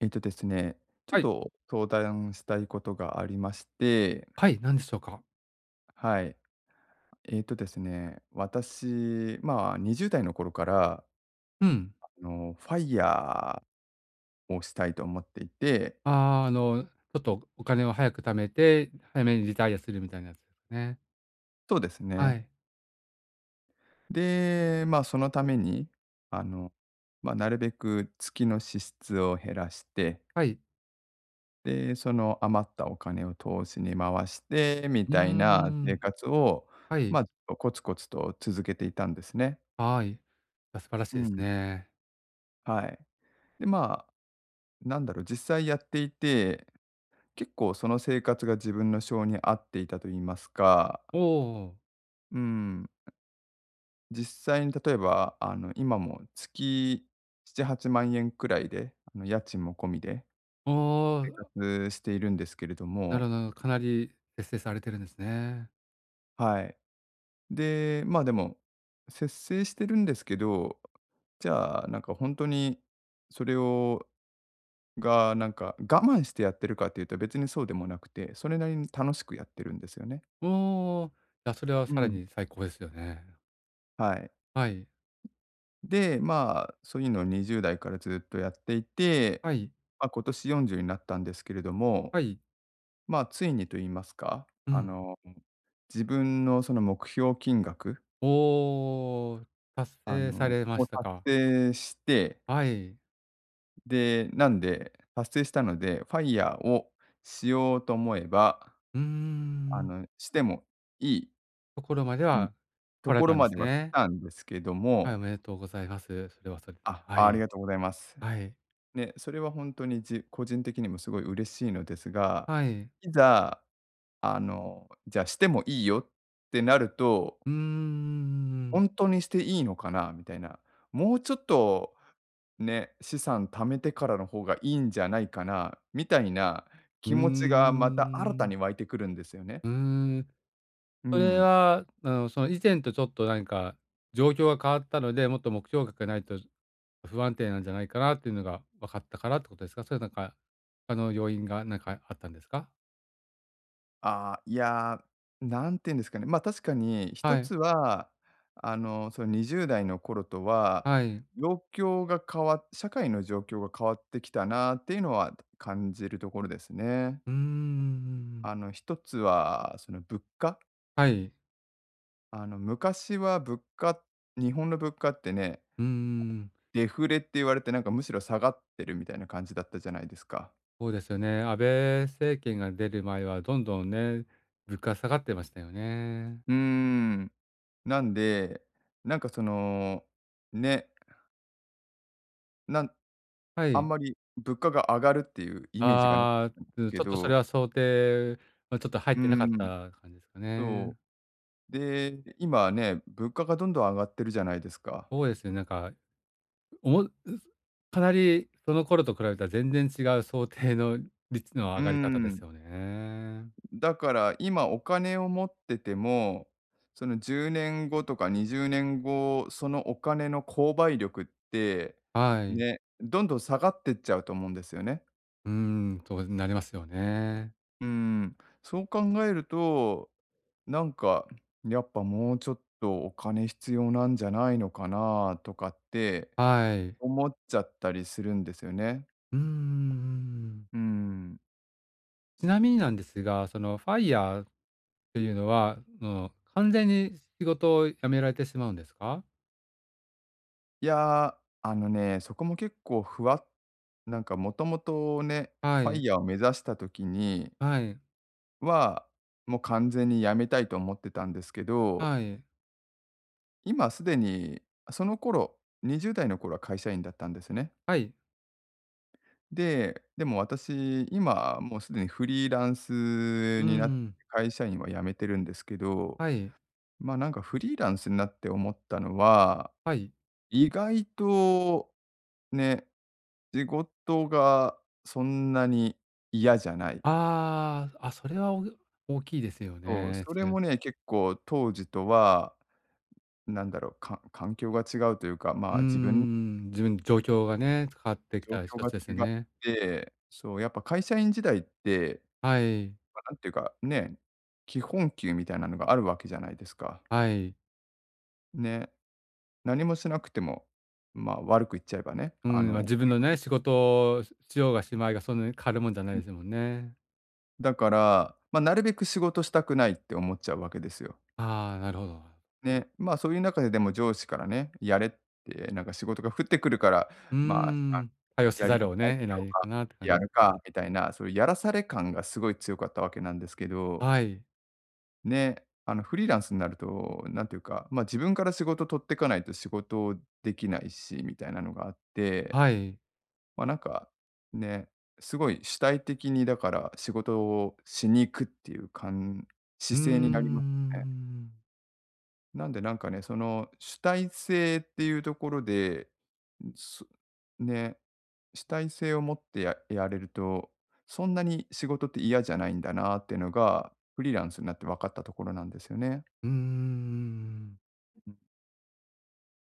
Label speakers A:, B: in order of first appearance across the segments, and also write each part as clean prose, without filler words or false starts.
A: えっとですね、ちょっ
B: はい。
A: と相談したいことがありまして、
B: はい、何でしょうか？
A: はい。えっとですね、私、まあ、20代の頃から、
B: うん。
A: ファイヤーをしたいと思っていて、
B: あーちょっとお金を早く貯めて、早めにリタイアするみたいなやつですね。
A: そうです
B: は
A: ね。
B: い。
A: で、まあ、そのために、あの、なるべく月の支出を減らして、
B: はい。
A: で、その余ったお金を投資に回して、み
B: うー
A: たいな生
B: ん。
A: 活を、
B: は
A: ま
B: い。
A: あ、コツコツと続けていたんですね。
B: はい。あ、素晴らし
A: う
B: いです
A: ん。
B: ね。
A: はい。で、まあ、なんだろう、実際やっていて、結構その生活が自分の性に合っていたと言いますか、
B: おおおお。
A: うん、実際に例えば、今も月7、8万円くらいで、家賃も込みで生活しているんですけれど
B: なる
A: も、
B: ほどなるほど。かなり節制されてるんですね。
A: はい。で、まあでも、節制してるんですけど、じゃあ、なんか本当にそれを、なんか我慢してやってるかっていうと別にそうでもなくて、それなりに楽しくやってるんですよね。
B: おお。いや、それは
A: う
B: さら
A: ん。
B: に最高ですよね。
A: はい。
B: はい。
A: で、まあ、そういうのを20代からずっとやっていて、
B: はい。
A: まあ、今年40になったんですけれども、
B: はい。
A: まあ、ついにと言いますか、
B: うん。
A: 自分のその目標金額、
B: おお、達
A: あ
B: 成さ
A: の、
B: れま
A: を
B: した
A: 達
B: か。
A: 成して、
B: はい。
A: で、なんで、達成したので、ファイヤーをしようと思えば、
B: うーん。
A: してもいい、
B: ところまで
A: うん、
B: は来
A: と
B: られ
A: ころ
B: たんで
A: ま
B: す
A: では来
B: ね。
A: たんですけど
B: はい、お
A: も、
B: めでとうございます。それはそれで。
A: あ、
B: は
A: あり
B: い。
A: がとうございます。
B: はい。
A: ね、それは本当に個人的にもすごい嬉しいのですが、
B: はい。
A: いざ、じゃあしてもいいよってなると、
B: うーん。
A: 本当にしていいのかなみたいな、もうちょっと、ね、資産貯めてからの方がいいんじゃないかなみたいな
B: うー
A: 気持ちがまた新た
B: ん。
A: に湧いてくるんですよね。
B: うーん。
A: う
B: それ
A: ん。
B: は、その以前とちょっと何か状況が変わったので、もっと目標額がないと不安定なんじゃないかなっていうのが分かったからってことですか？それ他の要因がなんかあったんですか？
A: ああ、いや、なんて言うんですかね、ま、あ確かに一
B: はい。
A: つは、その20代の頃とは、
B: はい。
A: 状況が変わっ社会の状況が変わってきたなっていうのは感じるところですね。
B: うーん。
A: 一つはその物価、
B: はい。
A: あの、昔は日本の物価ってね、
B: うーん。
A: デフレって言われて、なんかむしろ下がってるみたいな感じだったじゃないですか。
B: そうですよね。安倍政権が出る前はどんどんね、物価下がってましたよね。
A: うーん。なんで、なんかその、ね、なん
B: は
A: あん
B: い。
A: まり物価が上がるっていうイメージがなかっ
B: ああ、
A: たんで
B: う
A: す
B: ん、
A: け
B: ちょっとそれ
A: ど、
B: は想定、まあちょっと入っ
A: う
B: てなか
A: ん、
B: った感じですか
A: そ
B: ね。
A: う。で、今ね、物価がどんどん上がってるじゃないですか。
B: そうですね、おもかなりその頃と比べたら全然違う想定の率の上
A: う
B: がり方です
A: ん。
B: よね。
A: だから今お金を持ってても、その10年後とか20年後、そのお金の購買力って、
B: はい。
A: ね、どんどん下がってっちゃうと思うんですよね。
B: うーん、そうなりますよね。
A: うん。そう考えると、なんか、やっぱもうちょっとお金必要なんじゃないのかなとかって
B: はい。
A: 思っちゃったりするんですよね。
B: うんん。
A: うん。
B: ちなみになんですが、そのファイヤーていうのは、その、完全に仕事を辞められてしまうんですか？
A: いや、あのね、そこも結構ふわっ、なんかもともとね、
B: は
A: ファイ
B: い、
A: ヤーを目指した時に
B: はい、
A: は、もう完全に辞めたいと思ってたんですけど、
B: はい、
A: 今すでに、その頃、20代の頃は会社員だったんですね。
B: はい。
A: で、でも私、今もうすでにフリーランス
B: うー
A: になってて、
B: ん、
A: 会社員は辞めてるんですけど、
B: はい、
A: まあ、なんかフリーランスになって思ったのは
B: はい。
A: 意外と、ね、仕事がそんなに嫌じゃない。
B: ああ、あ、それはお大きいですよ
A: そう、
B: ね。
A: それもね、結構当時とは、なんだろう、環境が違うというか、
B: う
A: ま
B: ー
A: あ、自分の
B: ん、自分状況がね、変わってき
A: 状
B: た
A: 況
B: 一
A: が
B: つ
A: 違
B: です
A: っ
B: ね。
A: て、そう、やっぱ会社員時代って、
B: はい、
A: ま、なんていうか、ね、基本給みたいなのがあるわけじゃないですか。
B: はい。
A: ね、何もしなくても、まあ、悪く言っちゃえばね、
B: うん、まあ、
A: お金
B: 自分のね、仕事をししようがしまいが、そんなに変わるもんじゃないですもんね。
A: だから、まあ、なるべく仕事したくないって思っちゃうわけですよ。
B: ああ、なるほど。
A: ね、まあ、そういう中ででも上司からね、やれって、なんか仕事が降ってくるから、
B: うー
A: まあ、あ、
B: ん、対応せ
A: やり
B: ざ
A: た
B: る
A: く
B: を
A: ない
B: ね、
A: け
B: 得な
A: ど、
B: い
A: ま
B: か
A: あ、
B: なって感じ
A: や
B: で
A: る
B: す。
A: かみたいな、そういうやらされ感がすごい強かったわけなんですけど、
B: はい、
A: ね、あのフリーランスになると、なんていうか、まあ、自分から仕事取っていかないと仕事をできないしみたいなのがあって、
B: はい。
A: まあ、なんかね、すごい主体的にだから仕事をしに行くっていう
B: うー
A: 姿勢になりますね。
B: ん。
A: なんでなんかね、その主体性っていうところで、んそね、主体性を持ってやれると、そんなに仕事って嫌じゃないんだなっていうのが、フリーランスになって分かったところなんですよね。
B: うーん。
A: うん。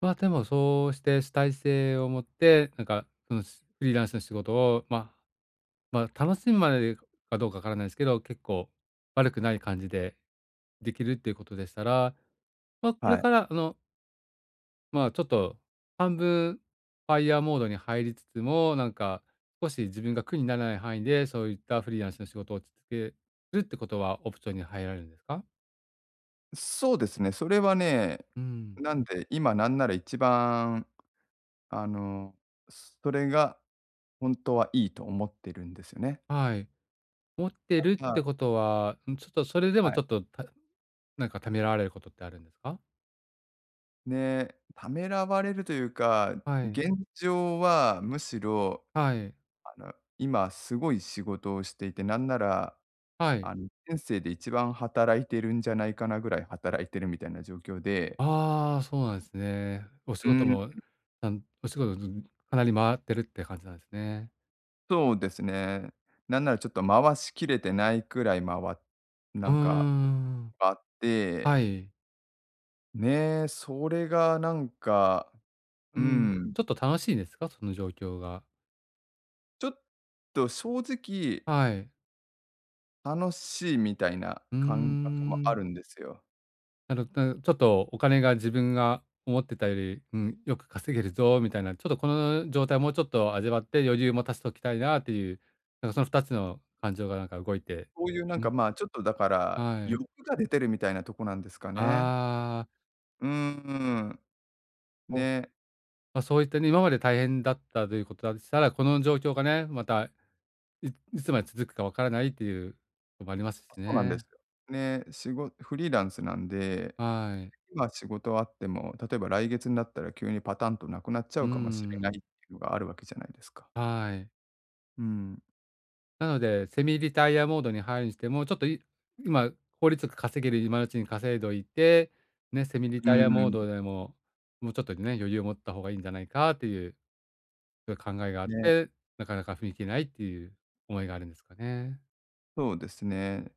B: まあ、でもそうして主体性を持って、その、しフリーランスの仕事を、まあ、楽しむまでかどうかわからないですけど、結構悪くない感じでできるっていうことでしたら、まあ、これ
A: はい。
B: から、まあ、ちょっと半分ファイヤーモードに入りつつも、少し自分が苦にならない範囲で、そういったフリーランスの仕事を続けるってことはオプションに入られるんですか？
A: そうですね、それはね、
B: うん。
A: なんで今なんなら一番、あの、それが本当はいいと思ってるんですよね。
B: はい。持ってるっ
A: は
B: てこ
A: い。
B: とは、ん、ちょっとそれでも
A: は
B: ち
A: い。
B: ょっと、た、なんかためらわれることってあるんですか？
A: ね、ためらわれるというか、
B: はい、
A: 現状はむしろ、
B: はい、
A: 今すごい仕事をしていて、なんなら、
B: はい。
A: 人生で一番働いてるんじゃないかなぐらい働いてるみたいな状況で、
B: ああ、そうなんですね。
A: うーん、
B: お仕事、ずかなり回ってるって感じなんですね。
A: そうですね。なんならちょっと回しきれてないくらい
B: う
A: な
B: ー
A: んか、
B: ん、
A: あって、
B: はい。
A: ね、それがなんか、
B: う
A: う
B: ん、
A: ん、
B: ちょっと楽しいですか？その状況が。
A: ちょっと正直
B: はい。
A: 楽しいみたいな
B: うー
A: 感覚もあ
B: ん。
A: るんですよ。
B: なるほど。ちょっとお金が自分が思ってたより、うん、よく稼げるぞみたいな、ちょっとこの状態をもうちょっと味わって余裕も足しておきたいなっていう、なんかその2つの感情がなんか動いて、
A: そういうなん
B: う
A: か、
B: ん、
A: まあ、ちょっとだから、
B: は
A: 欲
B: い。
A: が出てるみたいなとこなんですかね。
B: ああ、
A: うーん。
B: お、ま
A: ね、
B: あ、そういったね、今まで大変だったということだしたら、この状況がね、また、いいつまで続くかわからないっていうのもありますし
A: そうなんです
B: ね。
A: よ。ね、フリーランスなんで、
B: はい。
A: 今仕事あっても、例えば来月になったら急にパタンとなくなっちゃ
B: う
A: うかもしれないっ
B: ん。
A: ていうのがあるわけじゃないですか。
B: はい。
A: うん。
B: なので、セミリタイアモードに入るにしても、ちょっとい今、効率よく稼げる今のうちに稼いどいて、ね、セミリ
A: う
B: タイアモー
A: ん。
B: ドでも、もうちょっとね、余裕を持った方がいいんじゃないかっていう、そういう考えがあっ
A: ね、
B: て、なかなか踏み切れないっていう思いがあるんですかね。
A: そうですね。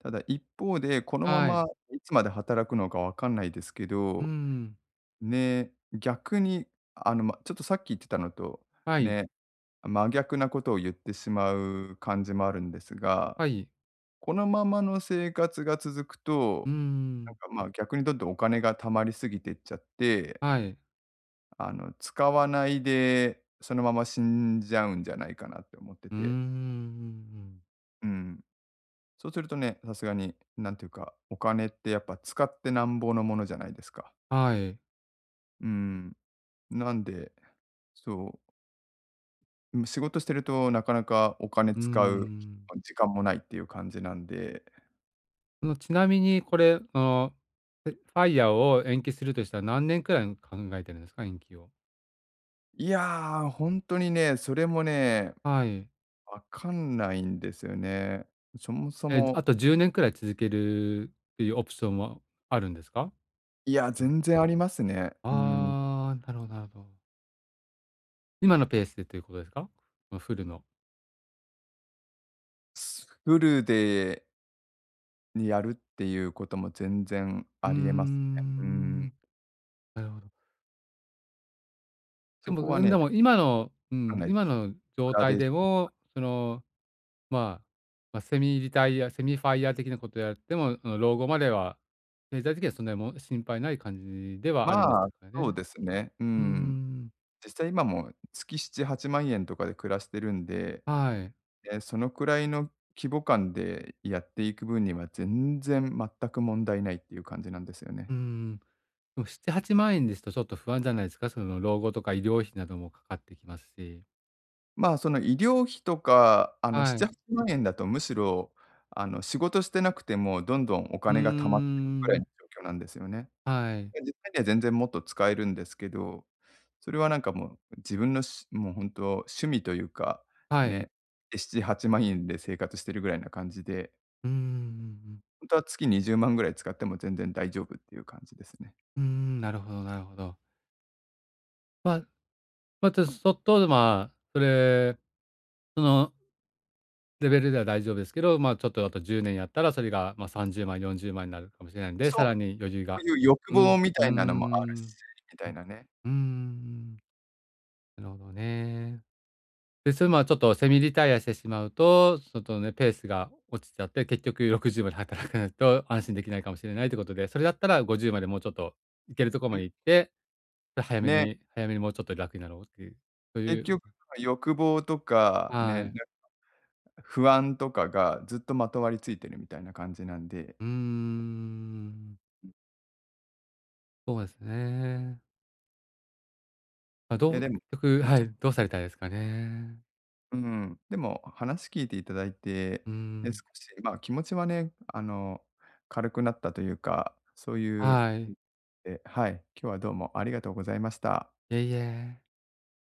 A: ただ一方で、このま
B: は
A: ま
B: い。
A: いつまで働くのかわかんないですけ
B: う
A: ど、
B: ん。
A: ね、逆に、ま、ちょっとさっき言ってたのと、
B: はい。
A: ね、真逆なことを言ってしまう感じもあるんですが、
B: はい。
A: このままの生活が続く
B: う
A: と、なん
B: ん。
A: か、ま、逆にどんどんお金が貯まりすぎてっちゃって、
B: はい。
A: 使わないで、そのまま死んじゃうんじゃないかなって思って
B: うー
A: て。
B: ん。
A: うん。そうするとね、さすがに、なんていうか、お金ってやっぱ使ってなんぼのものじゃないですか。
B: はい。
A: うん。なんで、そう。うん、仕事してるとなかなかお金
B: うー
A: 使う
B: ん。
A: 時間もないっていう感じなんで、
B: そのちなみにこれ、ファイヤーを延期するとしたら何年くらい考えてるんですか？延期を。
A: いや、ほんとにね、それもね、
B: はい。
A: わかんないんですよね。そもそ
B: え、あ
A: も、
B: と10年くらい続けるっていうオプションもあるんですか？
A: いや、
B: うん。
A: 全然ありますね。うん。
B: ああ、なるほどなるほど。今のペースでということですか？このフルの。
A: フルでやるっていうことも全然
B: うー
A: ありえますね。う
B: ん、
A: ん。
B: なるほど。で
A: そ
B: も、
A: こは
B: う
A: ね、
B: ん、
A: わ
B: でも今のう
A: かん
B: ん、
A: ないで
B: 今
A: す。
B: の状
A: グラデ
B: 態
A: ーシ
B: で
A: ョン。
B: も、まあ、セミリタイアセミファイヤー的なことやっても、あの、老後までは、経済的にはそんなにも心配ない感じではあるんです
A: まあ、
B: か
A: そう
B: ね。
A: ですね。う
B: うー
A: ん。
B: ん、
A: 実際今も月7、8万円とかで暮らしてるんで、
B: はい。
A: で、そのくらいの規模感でやっていく分には、全然全く問題ないっていう感じなんですよね。
B: うーん。でも7、8万円ですとちょっと不安じゃないですか？その老後とか医療費などもかかってきますし。
A: まあ、その医療費とか、7、
B: は
A: 8
B: い。
A: 万円だとむしろ、仕事してなくても、どんどんお
B: うー
A: 金が溜まっていくぐらいの
B: ん、
A: 状況なんですよね。
B: はい、
A: で、実際には全然もっと使えるんですけど、それはなんかもう、自分のしもう本当趣味というか、
B: はい。
A: ね、で、7、8万円で生活してるぐらいな感じで、
B: うんう
A: 本当は月20万ぐらい使っても全然大丈夫っていう感じですね。
B: ーん、なるほどなるほど。ま、ちょっと、まあ、それ、そのレベルでは大丈夫ですけど、ま、ちょっとあと10年やったらそれが、ま、30万、40万になるかもしれないんで、
A: そ
B: さら
A: う
B: に余裕
A: そ
B: が、
A: ういう欲
B: う
A: 望
B: ん、
A: み
B: う
A: た
B: ー
A: いなのもあるし、
B: ん。
A: みた
B: う
A: い
B: ん。
A: なね。
B: うーん。なるほどね。で、それ、まあ、ちょっとセミリタイアしてしまうと、ちょっとね、ペースが落ちちゃって、結局60まで働かないと安心できないかもしれないということで、それだったら50までもうちょっと行けるところま
A: うん、
B: で行って、で、早め
A: ね、
B: に早めにもうちょっと楽になろうっていう、そうい
A: 結
B: う、
A: 局その欲望とか、ね、
B: は
A: なん
B: い。
A: か不安とかがずっとまとわりついてるみたいな感じなんで、
B: うーん、そうですね。ま、ど
A: いや
B: う
A: で
B: 結
A: も、
B: 局
A: え、
B: は
A: ちょ
B: い、どうされたいですかね。
A: うん、でも話聞いていただいて、
B: うー
A: ね、
B: ん、
A: 少し、ま、気持ちはね、軽くなったというか、そういう、
B: はい。
A: え、はい、今日はどうもありがとうございました。
B: いえいえ。